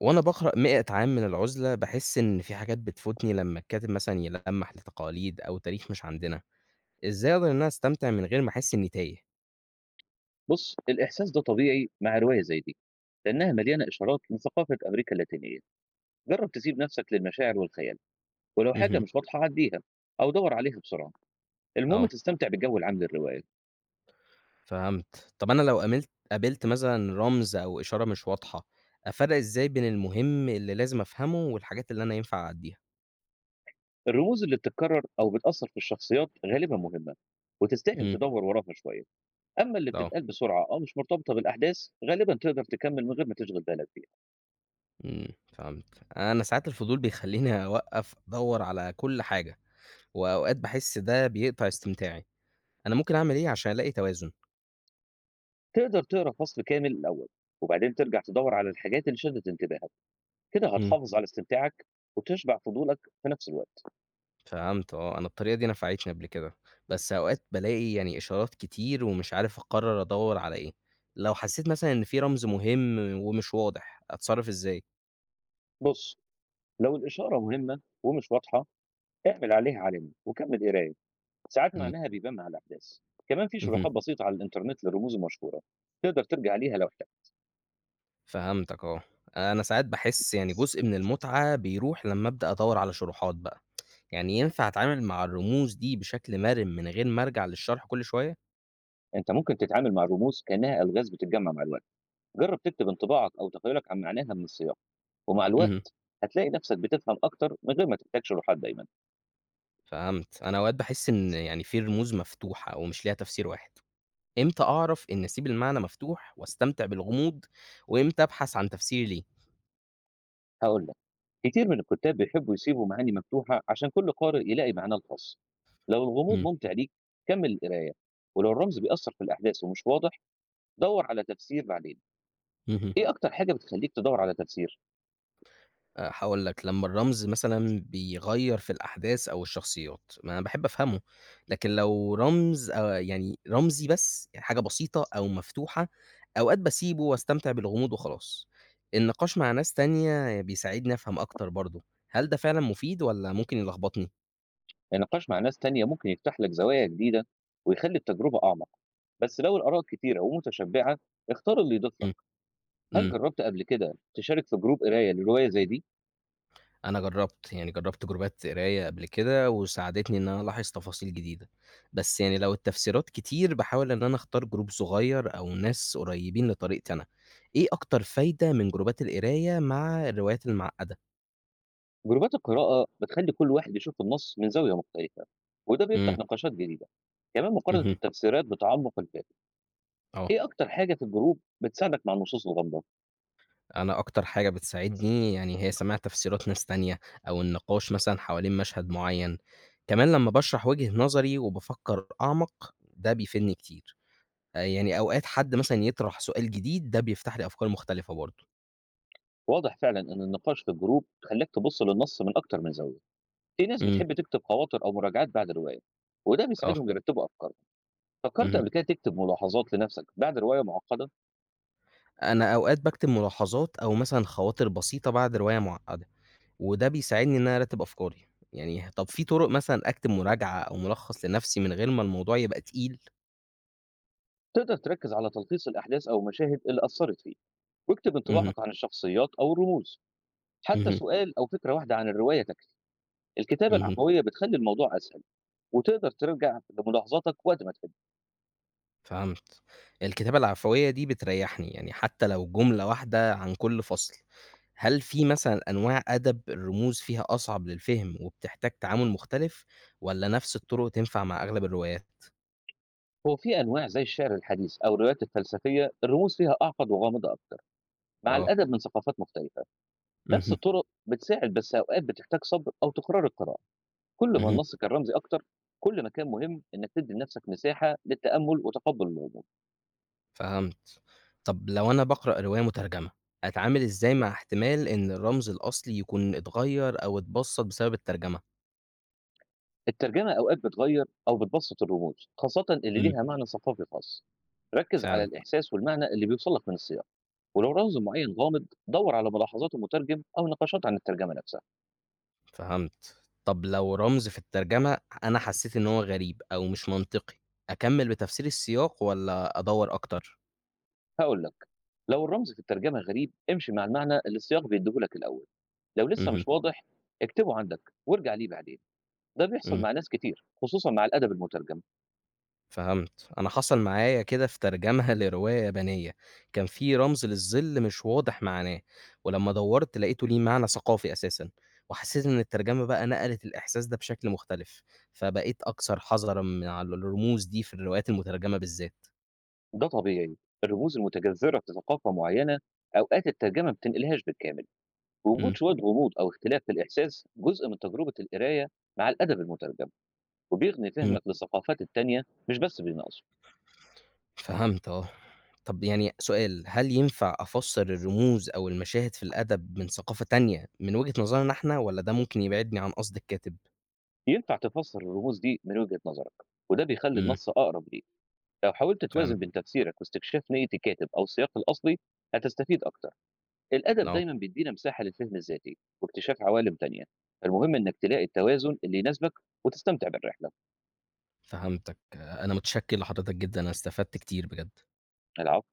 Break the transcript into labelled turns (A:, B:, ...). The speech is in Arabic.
A: وأنا باقرأ 100 عام من العُزلة، باحس إن في حاجات بتفوتني لمّا الكاتب مثلًا يلمّح لتقاليد أو تاريخ مش عندنا، إزاي أقدر إن أنا أستمتع من غير ما أحس إني تايه؟
B: بُص، الإحساس ده طبيعي مع رواية زي دي، لأنها مليانة إشارات لثقافة أمريكا اللاتينية، جرّب تسيب نفسك للمشاعر والخيال، ولو حاجة
A: اهم،
B: مش واضحة عدّيها أو دَوّر عليها بسرعة، المهم
A: آه،
B: تستمتع بالجو العام للرواية،
A: فهمت. طَب أنا لو قابلت مثلًا رمز أو إشارة مش واضحة، أفرّق إزاي بين المهم اللي لازم أفهمه والحاجات اللي أنا ينفع أعدّيها؟
B: الرموز اللي بتتكرر أو بتأثّر في الشخصيات غالبًا مهمة، وتستاهل
A: إمم،
B: تدوّر وراها شوية، أمّا اللي
A: آه،
B: بتتقال بسرعة أو مش مرتبطة بالأحداث غالبًا تقدر تكمّل من غير ما تشغل بالك بيها،
A: إمم، فهمت. أنا ساعات الفضول بيخلّيني أوقّف أدوّر على كل حاجة، وأوقات باحس ده بيقطع استمتاعي. أنا ممكن أعمل إيه عشان ألاقي توازن؟
B: تقدر تقرا فصل كامل الأول، وبعدين ترجع تدوّر على الحاجات اللي شدت انتباهك، كده
A: إمم.
B: هتحافظ على استمتاعك وتشبع فضولك في نفس الوقت.
A: فهمت آه، أنا الطريقة دي نفعتني قبل كده، بس أوقات بالاقي يعني إشارات كتير ومش عارف أقرر أدوّر على إيه، لو حسيت مثلًا إن في رمز مهم ومش واضح أتصرف إزاي؟
B: بُص، لو الإشارة مهمة ومش واضحة، اعمل عليها علامة وكمّل قراية، ساعات
A: امم،
B: معناها بيبان مع الأحداث. كمان في
A: اهم.
B: شروحات بسيطة على الإنترنت للرموز المشهورة، تقدر ترجع ليها لو احتجت.
A: فهمتك آه، أنا ساعات باحس يعني جزء من المتعة بيروح لمّا أبدأ أدوّر على شروحات بقى، يعني ينفع أتعامل مع الرموز دي بشكل مرن من غير ما أرجع للشرح كل شوية؟
B: أنت ممكن تتعامل مع الرموز كأنها ألغاز بتتجمّع مع الوقت. جرّب تكتب انطباعك أو تخيلك عن معناها من السياق، ومع
A: اهم.
B: الوقت هتلاقي نفسك بتفهم أكتر من غير ما تحتاج شروحات دايمًا.
A: فهمت، أنا أوقات باحس إن يعني في رموز مفتوحة ومش ليها تفسير واحد. إمتى أعرف إن أسيب المعنى مفتوح واستمتع بالغموض، وإمتى أبحث عن تفسير ليه؟
B: هاقول لك، كتير من الكُتّاب بيحبّوا يسيبوا معاني مفتوحة عشان كل قارئ يلاقي معناه الخاص. لو الغموض
A: إمم،
B: ممتع ليك، كمّل القراية، ولو الرمز بيأثّر في الأحداث ومش واضح، دَوّر على تفسير بعدين،
A: اهم.
B: إيه أكتر حاجة بتخلّيك تدوّر على تفسير؟
A: هاقول لك، لمّا الرمز مثلًا بيغيّر في الأحداث أو الشخصيات، ما أنا باحب أفهمه، لكن لو رمز يعني رمزي بس، يعني حاجة بسيطة أو مفتوحة، أوقات باسيبه واستمتع بالغموض وخلاص. النقاش مع ناس تانية بيساعدني أفهم أكتر برضه، هل ده فعلًا مفيد والّا ممكن يلخبطني؟
B: النقاش مع ناس تانية ممكن يفتح لك زوايا جديدة ويخلّي التجربة أعمق، بس لو الآراء كتيرة ومتشبعة اختار اللي يضيف لك،
A: إمم.
B: هل
A: إمم.
B: جرّبت قبل كده تشارك في جروب قراية لرواية زي دي؟
A: أنا جرّبت، يعني جرّبت جروبات قراية قبل كده وساعدتني إن أنا ألاحظ تفاصيل جديدة، بس يعني لو التفسيرات كتير باحاول إن أنا أختار جروب صغير أو ناس قريبين لطريقتي أنا. إيه أكتر فايدة من جروبات القراية مع الروايات المعقدة؟
B: جروبات القراءة بتخلّي كل واحد يشوف النص من زاوية مختلفة، وده بيفتح
A: إمم،
B: نقاشات جديدة، كمان مقارنة
A: اهم،
B: التفسيرات بتعمق الفهم،
A: آه،
B: إيه أكتر حاجة في الجروب بتساعدك مع النصوص الغامضة؟
A: أنا أكتر حاجة بتساعدني يعني هي سماع تفسيرات ناس تانية أو النقاش مثلًا حوالين مشهد معيّن، كمان لمّا باشرح وجهة نظري وبافكّر أعمق ده بيفيدني كتير. يعني أوقات حد مثلًا يطرح سؤال جديد، ده بيفتح لي أفكار مختلفة برضه.
B: واضح فعلًا إن النقاش في الجروب خلّاك تبُص للنص من أكتر من زاوية. في ناس
A: إمم،
B: بتحب تكتب خواطر أو مراجعات بعد الرواية وده
A: آه،
B: بيساعدهم يرتبوا أفكارهم، فكرت
A: اهم.
B: قبل كده تكتب ملاحظات لنفسك بعد رواية معقدة؟
A: أنا أوقات باكتب ملاحظات أو مثلًا خواطر بسيطة بعد رواية معقدة، وده بيساعدني إن أنا أرتب أفكاري. يعني طب في طرق مثلًا أكتب مراجعة أو ملخص لنفسي من غير ما الموضوع يبقى تقيل؟
B: تقدر تركز على تلخيص الأحداث أو المشاهد اللي أثرت فيك، واكتب
A: اهم،
B: انطباعك عن الشخصيات أو الرموز، حتى
A: اهم،
B: سؤال أو فكرة واحدة عن الرواية تكفي، الكتابة
A: اهم.
B: العفوية بتخلي الموضوع أسهل، وتقدر ترجع لملاحظاتك وقت ما تحب.
A: فهمت. الكتابة العفوية دي بتريّحني، يعني حتى لو جملة واحدة عن كل فصل. هل في مثلًا أنواع أدب الرموز فيها أصعب للفهم وبتحتاج تعامل مختلف، والّا نفس الطرق تنفع مع أغلب الروايات؟
B: هو في أنواع زي الشعر الحديث أو الروايات الفلسفية الرموز فيها أعقد وغامضة أكتر، مع
A: آه.
B: الأدب من ثقافات مختلفة نفس
A: اهم،
B: الطرق بتساعد بس أوقات بتحتاج صبر أو تكرار القراءة، كل ما
A: اهم،
B: النص كان رمزي أكتر، كل ما كان مهم إنك تدّي لنفسك مساحة للتأمُّل وتقبُّل الغموض.
A: فهمت. طب لو أنا باقرأ رواية مترجمة، أتعامل إزاي مع احتمال إن الرمز الأصلي يكون اتغيّر أو اتبسّط بسبب الترجمة؟
B: الترجمة أوقات بتغيّر أو بتبسّط الرموز، خاصةً اللي
A: إمم،
B: ليها معنى ثقافي خاص. ركّز على
A: فعلًا.
B: الإحساس والمعنى اللي بيوصل لك من السياق، ولو رمز معيّن غامض، دَوّر على ملاحظات المترجم أو نقاشات عن الترجمة نفسها.
A: فهمت. طب لو رمز في الترجمة أنا حسيت إن هو غريب أو مش منطقي، أكمّل بتفسير السياق والّا أدوّر أكتر؟
B: هاقول لك، لو الرمز في الترجمة غريب، امشي مع المعنى اللي السياق بيدّيه لك الأول، لو لسه
A: اهم،
B: مش واضح، اكتبه عندك وارجع ليه بعدين. ده بيحصل
A: إمم،
B: مع ناس كتير، خصوصًا مع الأدب المترجم.
A: فهمت. أنا حصل معايا كده في ترجمة لرواية يابانية، كان في رمز للظِل مش واضح معناه، ولمّا دوّرت لقيته ليه معنى ثقافي أساسًا، وحسيت إن الترجمة بقى نقلت الإحساس ده بشكل مختلف، فبقيت أكثر حذرًا مع الرموز دي في الروايات المترجمة بالذات.
B: ده طبيعي، الرموز المتجذرة في ثقافة معينة أوقات الترجمة ما بتنقلهاش بالكامل،
A: إمم،
B: وجود شوية غموض أو اختلاف في الإحساس جزء من تجربة القراية مع الأدب المترجم، وبيغني
A: إمم.
B: فهمك للثقافات التانية مش بس بيناقشه.
A: فهمت آه. طب يعني سؤال، هل ينفع أفسّر الرموز أو المشاهد في الأدب من ثقافة تانية من وجهة نظرنا إحنا والّا ده ممكن يبعدني عن قصد الكاتب؟
B: ينفع تفسر الرموز دي من وجهة نظرك وده بيخلي
A: إمم،
B: النص أقرب ليك، لو حاولت
A: فعلًا،
B: توازن بين تفسيرك واستكشاف نية الكاتب أو السياق الأصلي هتستفيد أكتر، الأدب
A: آه،
B: دايما بيدينا مساحة للفهم الذاتي واكتشاف عوالم تانية، المهم إنك تلاقي التوازن اللي يناسبك وتستمتع بالرحلة.
A: فهمتك. آه، أنا متشكّر لحضرتك جدًا، أنا استفدت كتير بجد.
B: العفو.